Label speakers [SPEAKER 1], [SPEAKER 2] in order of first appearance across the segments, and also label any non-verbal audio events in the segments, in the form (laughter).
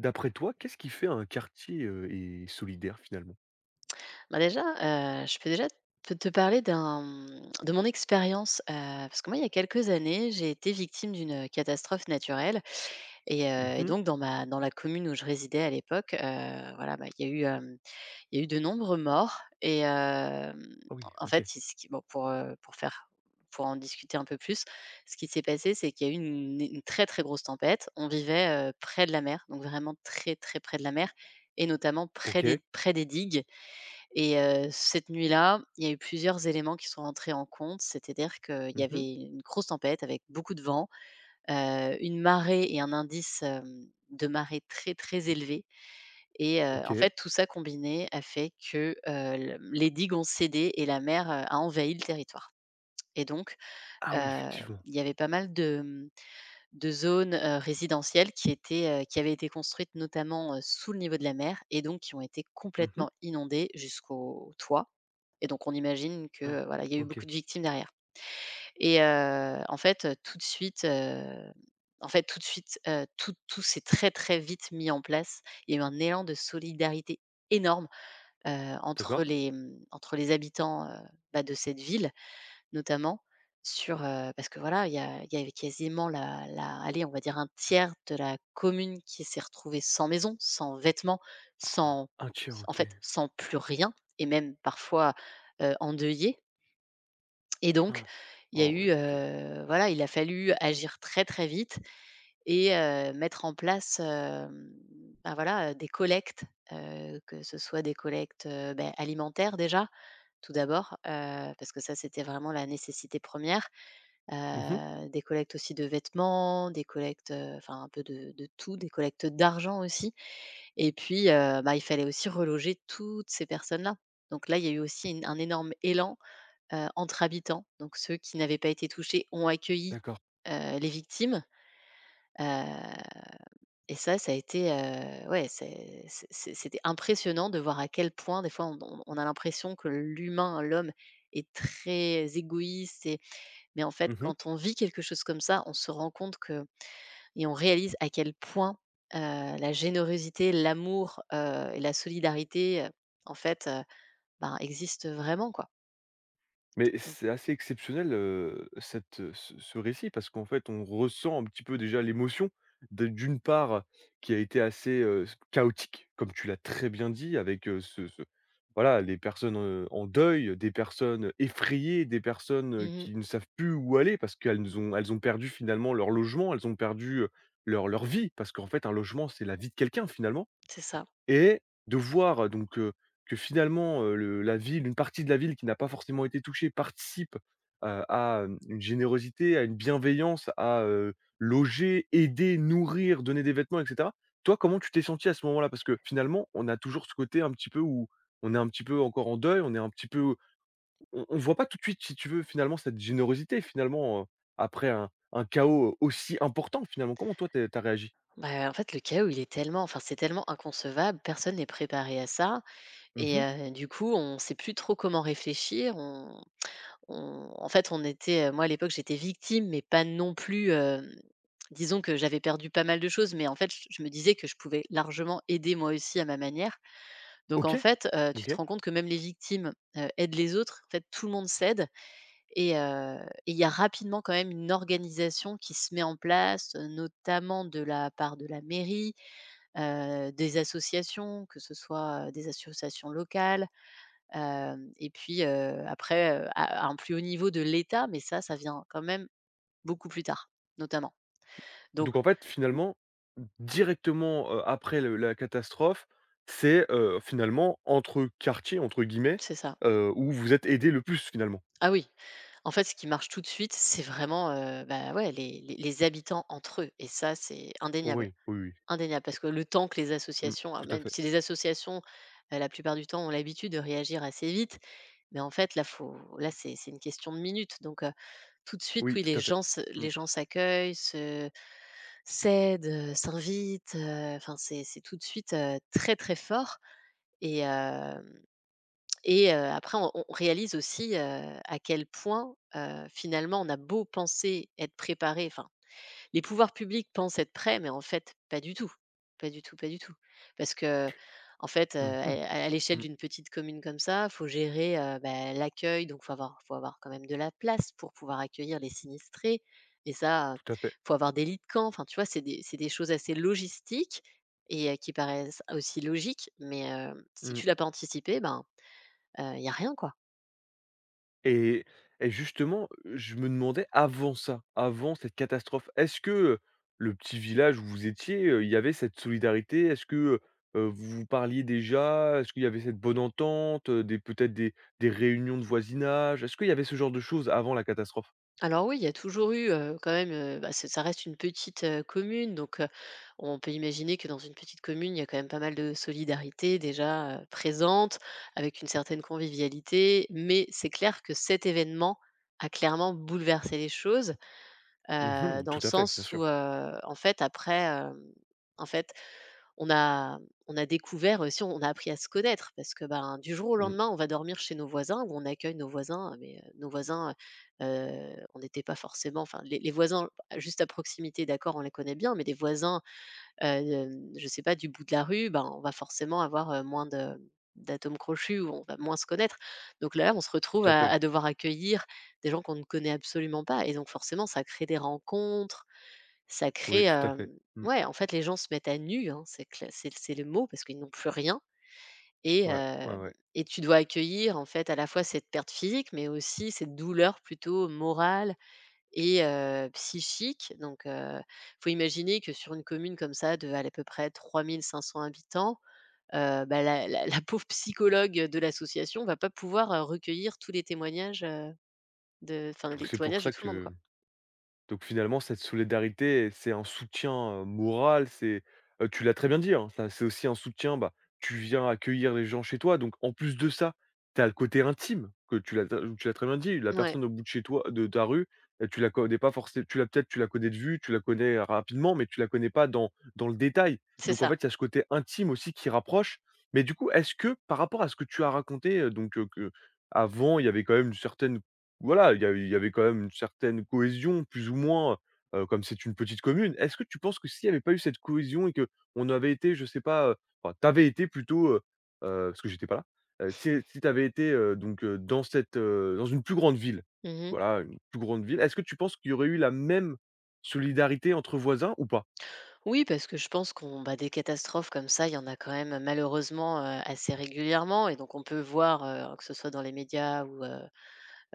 [SPEAKER 1] D'après toi, qu'est-ce qui fait un quartier et solidaire finalement?
[SPEAKER 2] Bah, déjà, je peux déjà te parler d'un, de mon expérience, parce que moi, il y a quelques années, j'ai été victime d'une, catastrophe naturelle et
[SPEAKER 1] Mmh.
[SPEAKER 2] donc dans la commune où je résidais à l'époque, voilà, bah, il y a eu, il y a eu de nombreux morts et
[SPEAKER 1] Ah oui,
[SPEAKER 2] en fait,
[SPEAKER 1] OK.
[SPEAKER 2] c'est ce qui bon, pour en discuter un peu plus, ce qui s'est passé, c'est qu'il y a eu une très, très grosse tempête. On vivait, près de la mer, donc vraiment très, très près de la mer et notamment
[SPEAKER 1] OK.
[SPEAKER 2] près des digues et cette nuit-là, il y a eu plusieurs éléments qui sont entrés en compte, c'est-à-dire qu'il y
[SPEAKER 1] Mmh.
[SPEAKER 2] avait une grosse tempête avec beaucoup de vent, une marée et un indice, de marée très, très élevé et en
[SPEAKER 1] OK.
[SPEAKER 2] fait, tout ça combiné a fait que, l les digues ont cédé et la mer, a envahi le territoire et donc
[SPEAKER 1] Ah
[SPEAKER 2] heu,
[SPEAKER 1] oui, effectivement.
[SPEAKER 2] il y avait pas mal de, zones, résidentielles qui avaient été construites notamment, sous le niveau de la mer et donc qui ont été
[SPEAKER 1] Mmh.
[SPEAKER 2] complètement inondées jusqu'au toit. Et donc on imagine que,
[SPEAKER 1] Ah,
[SPEAKER 2] voilà, il y a eu beaucoup
[SPEAKER 1] OK.
[SPEAKER 2] de victimes derrière et en fait, tout de suite, tout s'est très, très vite mis en place. Il y a eu un élan de solidarité énorme,
[SPEAKER 1] D'accord.
[SPEAKER 2] entre les habitants, bah, de cette ville notamment parce que voilà, il y avait quasiment la la allez, on va dire un tiers de la commune qui s'est retrouvée sans maison, sans vêtements,
[SPEAKER 1] Ah,
[SPEAKER 2] sans
[SPEAKER 1] un tiers,
[SPEAKER 2] en
[SPEAKER 1] OK.
[SPEAKER 2] fait, sans plus rien, et même parfois, endeuillée. Et donc
[SPEAKER 1] Ah.
[SPEAKER 2] il y a
[SPEAKER 1] Ah oui,
[SPEAKER 2] eu,
[SPEAKER 1] OK.
[SPEAKER 2] voilà, il a fallu agir très, très vite et mettre en place, bah, voilà, des collectes, que ce soit des collectes, alimentaires déjà, tout d'abord, parce que ça, c'était vraiment la nécessité première, re
[SPEAKER 1] Mmh.
[SPEAKER 2] des collectes aussi de vêtements, des collectes, enfin un peu de tout, des collectes d'argent aussi. Et puis, bah, il fallait aussi reloger toutes ces personnes-là. Donc là, il y a eu aussi une un énorme élan, entre habitants. Donc ceux qui n'avaient pas été touchés ont accueilli,
[SPEAKER 1] D'accord.
[SPEAKER 2] les victimes, heu et ça a été, ouais, c'était impressionnant de voir à quel point des fois on a l'impression que l'humain, l'homme est très égoïste mais en fait
[SPEAKER 1] Mmh.
[SPEAKER 2] quand on vit quelque chose comme ça, on se rend compte que et on réalise à quel point, la générosité, l'amour, et la solidarité, en fait, heu, ben, existent vraiment, quoi.
[SPEAKER 1] Mais
[SPEAKER 2] Donc
[SPEAKER 1] c'est assez exceptionnel, cette, ce récit parce qu'en fait, on ressent un petit peu déjà l'émotion de d'une part qui a été assez, s chaotique, comme tu l'as très bien dit avec, ce ce voilà, les personnes, en deuil, des personnes effrayées, des personnes,
[SPEAKER 2] mmh
[SPEAKER 1] qui ne savent plus où aller parce qu'elles ont perdu finalement leur logement, elles ont perdu, leur vie parce qu'en fait un logement, c'est la vie de quelqu'un finalement.
[SPEAKER 2] c'est ça.
[SPEAKER 1] Et de voir donc, que finalement, le la ville une partie de la ville qui n'a pas forcément été touchée participe, à, une générosité, à une bienveillance, à, loger, aider, nourrir, donner des vêtements et cetera. Toi, comment tu t'es senti à ce moment-là? Parce que finalement, on a toujours ce côté un petit peu où on est un petit peu encore en deuil, on est un petit peu on voit pas tout de suite, si tu veux, finalement cette générosité, finalement, après un chaos aussi important, finalement. Comment toi tu es réagi?
[SPEAKER 2] Bah, en fait, le chaos, il est tellement, enfin, c'est tellement inconcevable, personne n'est préparé à ça. Et
[SPEAKER 1] Mmh.
[SPEAKER 2] du coup, on sait plus trop comment réfléchir. On en fait, on était, moi à l'époque, j'étais victime, mais pas non plus, disons que j'avais perdu pas mal de choses, mais en fait, je me disais que je pouvais largement aider moi aussi à ma manière. Donc en
[SPEAKER 1] OK.
[SPEAKER 2] fait, tu te
[SPEAKER 1] OK.
[SPEAKER 2] rends compte que même les victimes, aident les autres. En fait, tout le monde s'aide et heu et il y a rapidement quand même une organisation qui se met en place, notamment de la part de la mairie, des associations, que ce soit, des associations locales. Hem Et puis, après, à un plus haut niveau de l'État, mais ça vient quand même beaucoup plus tard, notamment. Donc
[SPEAKER 1] Donc en fait, finalement, directement, après le la catastrophe, c'est, finalement «entre quartiers» entre guillemets,
[SPEAKER 2] c'est ça.
[SPEAKER 1] où vous êtes aidé le plus finalement.
[SPEAKER 2] Ah oui, en fait, ce qui marche tout de suite, c'est vraiment, bah, ouais, les habitants entre eux, et ça, c'est indéniable,
[SPEAKER 1] Oui, oui, oui.
[SPEAKER 2] indéniable, parce que le temps que les
[SPEAKER 1] Mmh,
[SPEAKER 2] associations, ah,
[SPEAKER 1] tout à
[SPEAKER 2] même
[SPEAKER 1] fait.
[SPEAKER 2] si les associations, la plupart du temps, ont l'habitude de réagir assez vite, mais en fait, là, faut, là, c'est une question de minutes, donc tout de suite,
[SPEAKER 1] Oui,
[SPEAKER 2] oui,
[SPEAKER 1] tout à fait. Mmh.
[SPEAKER 2] les gens s'accueillent, se cède, s'invite, enfin c'est tout de suite, très, très fort, et hem et après on réalise aussi, à quel point, finalement on a beau penser être préparé, enfin les pouvoirs publics pensent être prêts, mais en fait, pas du tout. Pas du tout, pas du tout. Parce que, en fait,
[SPEAKER 1] Mmh mh.
[SPEAKER 2] à l'échelle
[SPEAKER 1] Mmh,
[SPEAKER 2] d'une petite commune comme ça, il faut gérer, bah, l'accueil, donc faut avoir quand même de la place pour pouvoir accueillir les sinistrés, et ça,
[SPEAKER 1] tout à fait.
[SPEAKER 2] faut avoir des lits de camp. Enfin, tu vois, c'est des choses assez logistiques et qui paraissent aussi logiques, mais si
[SPEAKER 1] Mmh.
[SPEAKER 2] tu l'as pas anticipé, ben, il y a rien, quoi.
[SPEAKER 1] Et et justement, je me demandais avant ça, avant cette catastrophe, est-ce que le petit village où vous étiez, il y avait cette solidarité? Est-ce que, vous vous parliez déjà? Est-ce qu'il y avait cette bonne entente, des peut-être des réunions de voisinage? Est-ce qu'il y avait ce genre de choses avant la catastrophe?
[SPEAKER 2] Alors oui, il y a toujours eu, quand même, bah, c'est, ça reste une petite, commune, donc on peut imaginer que dans une petite commune, il y a quand même pas mal de solidarité déjà, présente, avec une certaine convivialité. Mais c'est clair que cet événement a clairement bouleversé les choses,
[SPEAKER 1] Mmh,
[SPEAKER 2] dans
[SPEAKER 1] tout
[SPEAKER 2] le
[SPEAKER 1] à fait, bien
[SPEAKER 2] sens
[SPEAKER 1] sûr.
[SPEAKER 2] où, en fait après, en fait on a on a découvert aussi, on a appris à se connaître, parce que, ben, du jour au
[SPEAKER 1] Mmh,
[SPEAKER 2] lendemain, on va dormir chez nos voisins, ou on accueille nos voisins, mais nos voisins, on n'était pas forcément, enfin, les voisins juste à proximité, d'accord, on les connaît bien, mais les voisins, heu, je sais pas, du bout de la rue, ben, on va forcément avoir, moins de d'atomes crochus, ou on va moins se connaître. Donc là, on se retrouve
[SPEAKER 1] tout à
[SPEAKER 2] à
[SPEAKER 1] fait.
[SPEAKER 2] à devoir accueillir des gens qu'on ne connaît absolument pas, et donc forcément, ça crée des rencontres, ça
[SPEAKER 1] Oui,
[SPEAKER 2] crée,
[SPEAKER 1] tout à fait. Mmh,
[SPEAKER 2] ouais, en fait, les gens se mettent à nu, hein, c'est le mot, parce qu'ils n'ont plus rien et
[SPEAKER 1] ouais, ouais,
[SPEAKER 2] hem
[SPEAKER 1] ouais.
[SPEAKER 2] et tu dois accueillir, en fait, à la fois cette perte physique, mais aussi cette douleur plutôt morale et psychique, donc faut imaginer que sur une commune comme ça de, à peu près 3 500 habitants, bah, la pauvre psychologue de l'association va pas pouvoir, recueillir tous les témoignages, de enfin,
[SPEAKER 1] Donc
[SPEAKER 2] les
[SPEAKER 1] c'est pour
[SPEAKER 2] témoignages de
[SPEAKER 1] ça
[SPEAKER 2] tout le monde,
[SPEAKER 1] que.
[SPEAKER 2] quoi.
[SPEAKER 1] Donc finalement, cette solidarité, c'est un soutien, moral, tu l'as très bien dit, hein, ça c'est aussi un soutien, bah, tu viens accueillir les gens chez toi, donc en plus de ça, tu as le côté intime que tu l'as très bien dit, la
[SPEAKER 2] Ouais,
[SPEAKER 1] personne au bout de chez toi de ta rue, tu la connais pas forcément. Tu l'as peut-être tu la connais de vue, tu la connais rapidement, mais tu la connais pas dans le détail.
[SPEAKER 2] c'est
[SPEAKER 1] Donc en
[SPEAKER 2] ça.
[SPEAKER 1] fait, il y a ce côté intime aussi qui rapproche. Mais du coup, est-ce que par rapport à ce que tu as raconté, donc qu'avant, il y avait quand même une certaine cohésion plus ou moins, comme c'est une petite commune. Est-ce que tu penses que s'il n'y avait pas eu cette cohésion et que on avait été, je sais pas, enfin tu été plutôt, parce que j'étais pas là, si tu été, donc dans dans une plus grande ville,
[SPEAKER 2] Mmh.
[SPEAKER 1] voilà, une plus grande ville, est-ce que tu penses qu'il y aurait eu la même solidarité entre voisins ou pas?
[SPEAKER 2] Oui, parce que je pense qu'on bah, des catastrophes comme ça, il y en a quand même malheureusement, assez régulièrement. Et donc on peut voir, que ce soit dans les médias ou, euh,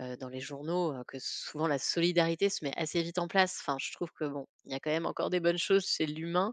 [SPEAKER 2] euh, dans les journaux, que souvent la solidarité se met assez vite en place. Enfin, je trouve que bon, il y a quand même encore des bonnes choses chez l'humain.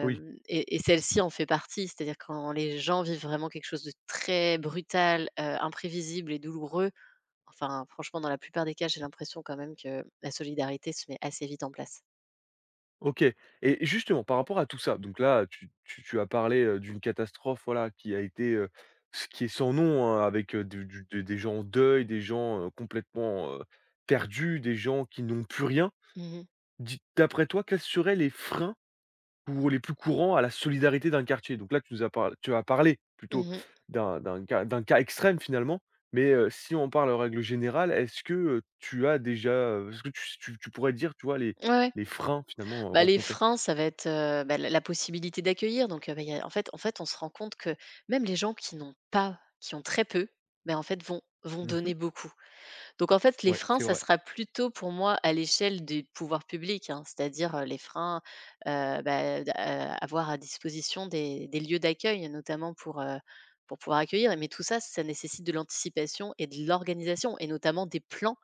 [SPEAKER 1] Oui.
[SPEAKER 2] et celle-ci en fait partie. C'est-à-dire quand les gens vivent vraiment quelque chose de très brutal, imprévisible et douloureux. Enfin, franchement, dans la plupart des cas, j'ai l'impression quand même que la solidarité se met assez vite en place.
[SPEAKER 1] OK, et justement par rapport à tout ça, donc là, tu as parlé, d'une catastrophe, voilà, qui a été, s qui est sans nom, hein, avec, du des gens en deuil, des gens, complètement, perdus, des gens qui n'ont plus rien.
[SPEAKER 2] Mhm,
[SPEAKER 1] Dis, d'après toi, quels seraient les freins ou les plus courants à la solidarité d'un quartier? Donc là, tu as parlé plutôt
[SPEAKER 2] mhm.
[SPEAKER 1] d'un cas extrême finalement, mais, si on parle en règle générale, est-ce que tu pourrais dire, tu vois, les
[SPEAKER 2] Ouais, ouais.
[SPEAKER 1] les freins finalement,
[SPEAKER 2] Bah, les
[SPEAKER 1] rencontrés?
[SPEAKER 2] freins, ça va être, bah, la la possibilité d'accueillir, donc bah, y a, en fait, on se rend compte que même les gens qui n'ont pas qui ont très peu, bah, en fait, vont
[SPEAKER 1] Mmh.
[SPEAKER 2] donner beaucoup. Donc en fait, les
[SPEAKER 1] Ouais,
[SPEAKER 2] freins,
[SPEAKER 1] c'est
[SPEAKER 2] ça
[SPEAKER 1] vrai,
[SPEAKER 2] sera plutôt pour moi à l'échelle des pouvoirs publics, hein, c'est-à-dire, les freins, bah, d avoir à disposition des lieux d'accueil, notamment pour pouvoir accueillir. Mais tout ça, ça nécessite de l'anticipation et de l'organisation, et notamment des plans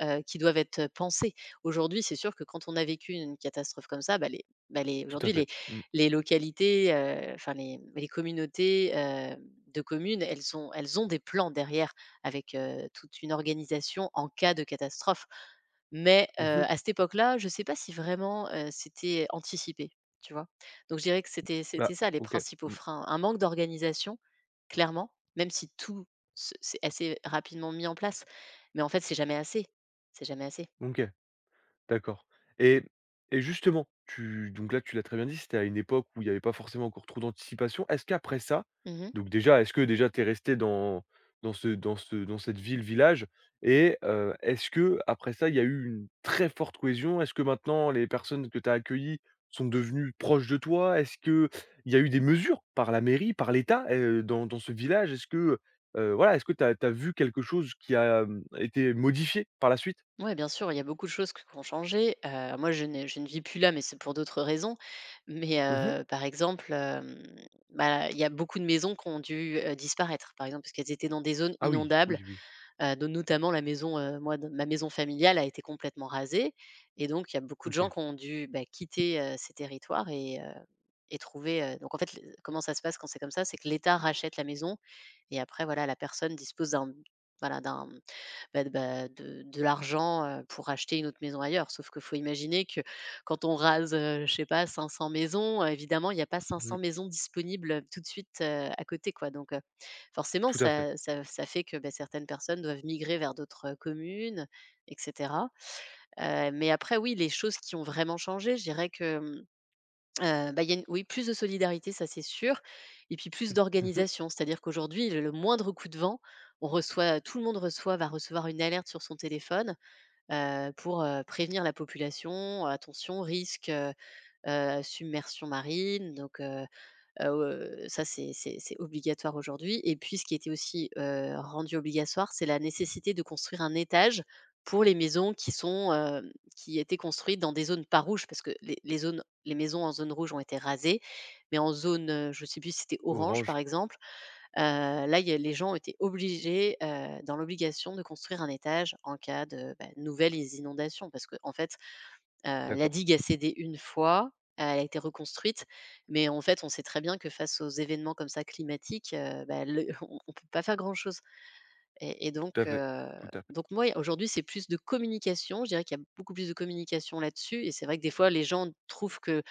[SPEAKER 2] qui doivent être, pensées. Aujourd'hui, c'est sûr que quand on a vécu une catastrophe comme ça, bah, les, bah, les,
[SPEAKER 1] tout à
[SPEAKER 2] aujourd'hui
[SPEAKER 1] fait.
[SPEAKER 2] les
[SPEAKER 1] Mmh.
[SPEAKER 2] les localités, enfin les communautés, de communes, elles ont des plans derrière, avec, toute une organisation en cas de catastrophe. Mais,
[SPEAKER 1] Mmh.
[SPEAKER 2] à cette époque-là, je ne sais pas si vraiment, c'était anticipé, tu vois? Donc je dirais que c'était
[SPEAKER 1] Bah,
[SPEAKER 2] c'était ça, les
[SPEAKER 1] OK.
[SPEAKER 2] principaux
[SPEAKER 1] Mmh.
[SPEAKER 2] freins. Un manque d'organisation, clairement, même si tout se s'est assez rapidement mis en place. Mais en fait, c'est jamais assez. C'est jamais assez.
[SPEAKER 1] OK. D'accord. Et et justement, tu donc là, tu l'as très bien dit, c'était à une époque où il n'y avait pas forcément encore trop d'anticipation. Est-ce qu'après ça
[SPEAKER 2] Mmh.
[SPEAKER 1] donc déjà, est-ce que déjà tu es resté dans cette ville-village et est-ce que après ça, il y a eu une très forte cohésion? Est-ce que maintenant les personnes que tu as accueillies sont devenues proches de toi? Est-ce qu'il y a eu des mesures par la mairie, par l'État, dans ce village? Voilà, est-ce que tu as vu quelque chose qui a, été modifié par la suite?
[SPEAKER 2] Ouais, bien sûr, il y a beaucoup de choses qui ont changé. Moi, je ne vis plus là, mais c'est pour d'autres raisons. Mais
[SPEAKER 1] Mmh.
[SPEAKER 2] par exemple, il y a beaucoup de maisons qui ont dû, disparaître, par exemple, parce qu'elles étaient dans des zones
[SPEAKER 1] Ah oui,
[SPEAKER 2] inondables,
[SPEAKER 1] oui, oui.
[SPEAKER 2] dont notamment la maison, de ma maison familiale a été complètement rasée et donc il y a beaucoup de
[SPEAKER 1] OK.
[SPEAKER 2] gens qui ont dû, bah, quitter, ces territoires et trouver, donc en fait, le comment ça se passe quand c'est comme ça? C'est que l'État rachète la maison et après, voilà, la personne dispose d'un voilà, d'un bah, de l'argent, pour acheter une autre maison ailleurs. Sauf qu'il faut imaginer que quand on rase, je sais pas 500 maisons, évidemment il n'y a pas
[SPEAKER 1] Mmh.
[SPEAKER 2] 500 maisons disponibles, tout de suite, à côté quoi. Donc, forcément
[SPEAKER 1] Tout à fait.
[SPEAKER 2] ça fait que, bah, certaines personnes doivent migrer vers d'autres, communes et cetera. Mais après oui, les choses qui ont vraiment changé, je dirais que, bah, il y a une oui, plus de solidarité, ça c'est sûr, et puis plus
[SPEAKER 1] Mmh.
[SPEAKER 2] d'organisation. C'est-à-dire qu'aujourd'hui, le moindre coup de vent, on reçoit tout le monde reçoit va recevoir une alerte sur son téléphone, pour, prévenir la population: «Attention, risque, submersion marine», ça, c'est obligatoire aujourd'hui, et puis ce qui était aussi, rendu obligatoire, c'est la nécessité de construire un étage pour les maisons qui sont, qui étaient construites dans des zones pas rouges, parce que les maisons en zone rouge ont été rasées, mais en zone, je ne sais plus si c'était orange, par
[SPEAKER 1] Orange,
[SPEAKER 2] exemple, là, il y a les gens étaient obligés, dans l'obligation de construire un étage en cas de, bah, nouvelles inondations, parce que en fait, la
[SPEAKER 1] d'accord.
[SPEAKER 2] digue a cédé une fois, elle a été reconstruite, mais en fait, on sait très bien que face aux événements comme ça climatiques, bah, le (laughs) on peut pas faire grand-chose, et
[SPEAKER 1] Tout à fait, tout à fait.
[SPEAKER 2] donc moi, aujourd'hui, c'est plus de communication. Je dirais qu'il y a beaucoup plus de communication là-dessus, et c'est vrai que des fois, les gens trouvent que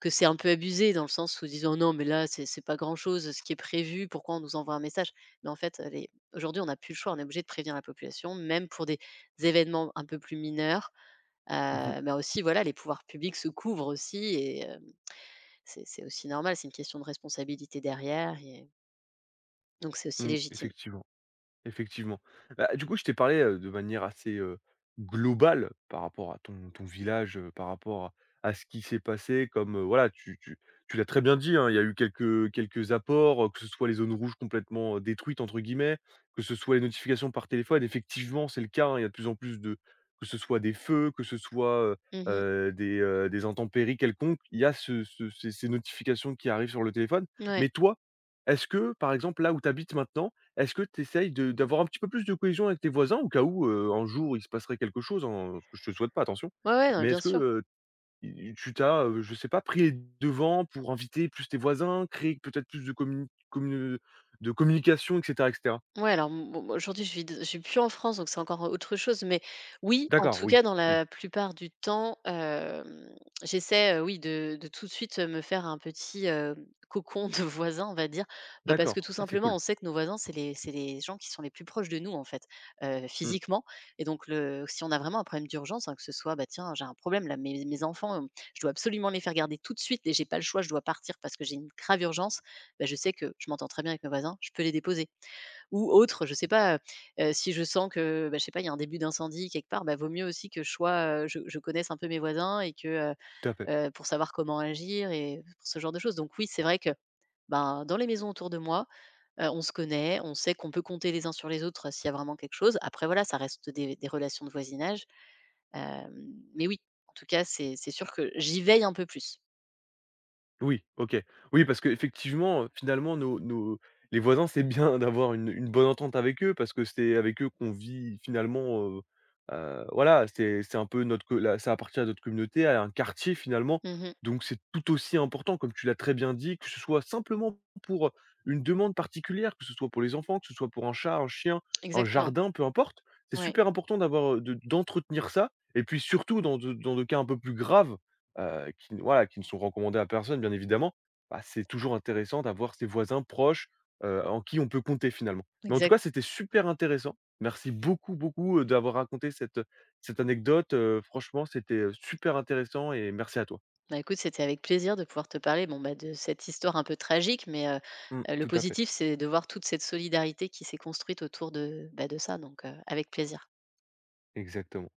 [SPEAKER 2] c'est un peu abusé dans le sens où ils disent: «Oh non, mais là, c'est pas grand-chose, ce qui est prévu, pourquoi on nous envoie un message?» Mais en fait, les aujourd'hui, on n'a plus le choix, on est obligé de prévenir la population, même pour des événements un peu plus mineurs.
[SPEAKER 1] Mmh mh.
[SPEAKER 2] Mais aussi, voilà, les pouvoirs publics se couvrent aussi, et c'est aussi normal, c'est une question de responsabilité derrière, et donc c'est aussi
[SPEAKER 1] Mmh,
[SPEAKER 2] légitime.
[SPEAKER 1] effectivement. Effectivement. Bah, du coup, je t'ai parlé, de manière assez, globale par rapport à ton village, par rapport à ce qui s'est passé comme, voilà, tu l'as très bien dit, hein, il y a eu quelques apports, que ce soit les zones rouges complètement, «détruites» entre guillemets, que ce soit les notifications par téléphone. Effectivement, c'est le cas, hein, il y a de plus en plus de que ce soit des feux, que ce soit,
[SPEAKER 2] Mmh.
[SPEAKER 1] des intempéries quelconques, il y a ce ce ces ces notifications qui arrivent sur le téléphone.
[SPEAKER 2] Ouais.
[SPEAKER 1] Mais toi, est-ce que, par exemple, là où tu habites maintenant est-ce que tu essayes de d'avoir un petit peu plus de cohésion avec tes voisins au cas où, un jour, il se passerait quelque chose, hein, ce que je te souhaite pas attention,
[SPEAKER 2] Ouais, ouais, non,
[SPEAKER 1] mais
[SPEAKER 2] bien
[SPEAKER 1] est-ce que,
[SPEAKER 2] sûr.
[SPEAKER 1] i tu t'as, je sais pas, pris les devants pour inviter plus tes voisins, créer peut-être plus de communi commu de communication et cetera et cetera?
[SPEAKER 2] Ouais, alors m bon, moi aujourd'hui je vis plus en France, donc c'est encore autre chose, mais oui, en
[SPEAKER 1] D'accord,
[SPEAKER 2] tout cas
[SPEAKER 1] oui,
[SPEAKER 2] dans
[SPEAKER 1] mmh,
[SPEAKER 2] la plupart du temps, j'essaie, oui, de tout de suite, me faire un petit, cocon de voisins, on va dire. Bah, parce que
[SPEAKER 1] d'accord.
[SPEAKER 2] tout
[SPEAKER 1] Ah, c'est
[SPEAKER 2] simplement,
[SPEAKER 1] cool.
[SPEAKER 2] on sait que nos voisins, c'est les gens qui sont les plus proches de nous en fait,
[SPEAKER 1] Mmh,
[SPEAKER 2] physiquement, et donc le si on a vraiment un problème d'urgence, hein, que ce soit, bah, tiens, j'ai un problème là, mes enfants, je dois absolument les faire garder tout de suite et j'ai pas le choix, je dois partir parce que j'ai une grave urgence, bah, je sais que je m'entends très bien avec mes voisins, je peux les déposer. Ou autre, je sais pas, si je sens que, bah, je sais pas, il y a un début d'incendie quelque part, bah, vaut mieux aussi que je sois, je connaisse un peu mes voisins et que,
[SPEAKER 1] tout à fait.
[SPEAKER 2] pour savoir comment agir et pour ce genre de choses. Donc oui, c'est vrai que, ben, dans les maisons autour de moi, on se connaît, on sait qu'on peut compter les uns sur les autres, s'il y a vraiment quelque chose. Après voilà, ça reste des relations de voisinage, hem, mais oui, en tout cas, c'est sûr que j'y veille un peu plus.
[SPEAKER 1] Oui, OK. Oui, parce qu'effectivement, finalement, nos nos les voisins, c'est bien (laughs) d'avoir une bonne entente avec eux parce que c'est avec eux qu'on vit finalement, voilà, c'est un peu notre co la ça appartient à notre communauté, à un quartier finalement.
[SPEAKER 2] Mmh.
[SPEAKER 1] Donc c'est tout aussi important, comme tu l'as très bien dit, que ce soit simplement pour, une demande particulière, que ce soit pour les enfants, que ce soit pour un chat, un chien, un
[SPEAKER 2] Exactement.
[SPEAKER 1] jardin, peu importe. C'est
[SPEAKER 2] Ouais,
[SPEAKER 1] super important d'entretenir ça et puis surtout dans de dans des cas un peu plus graves, qui voilà, qui ne sont recommandés à personne bien évidemment, bah, c'est toujours intéressant d'avoir ses voisins proches, en qui on peut compter finalement. Mais en tout
[SPEAKER 2] exact.
[SPEAKER 1] cas, c'était super intéressant. Merci beaucoup, beaucoup, d'avoir raconté cette anecdote, franchement c'était, super intéressant et merci à toi.
[SPEAKER 2] Bah, écoute, c'était avec plaisir de pouvoir te parler bon, bah, de cette histoire un peu tragique, mais
[SPEAKER 1] Mmh,
[SPEAKER 2] le
[SPEAKER 1] tout à fait,
[SPEAKER 2] positif, c'est de voir toute cette solidarité qui s'est construite autour de, bah, de ça, donc avec plaisir.
[SPEAKER 1] exactement.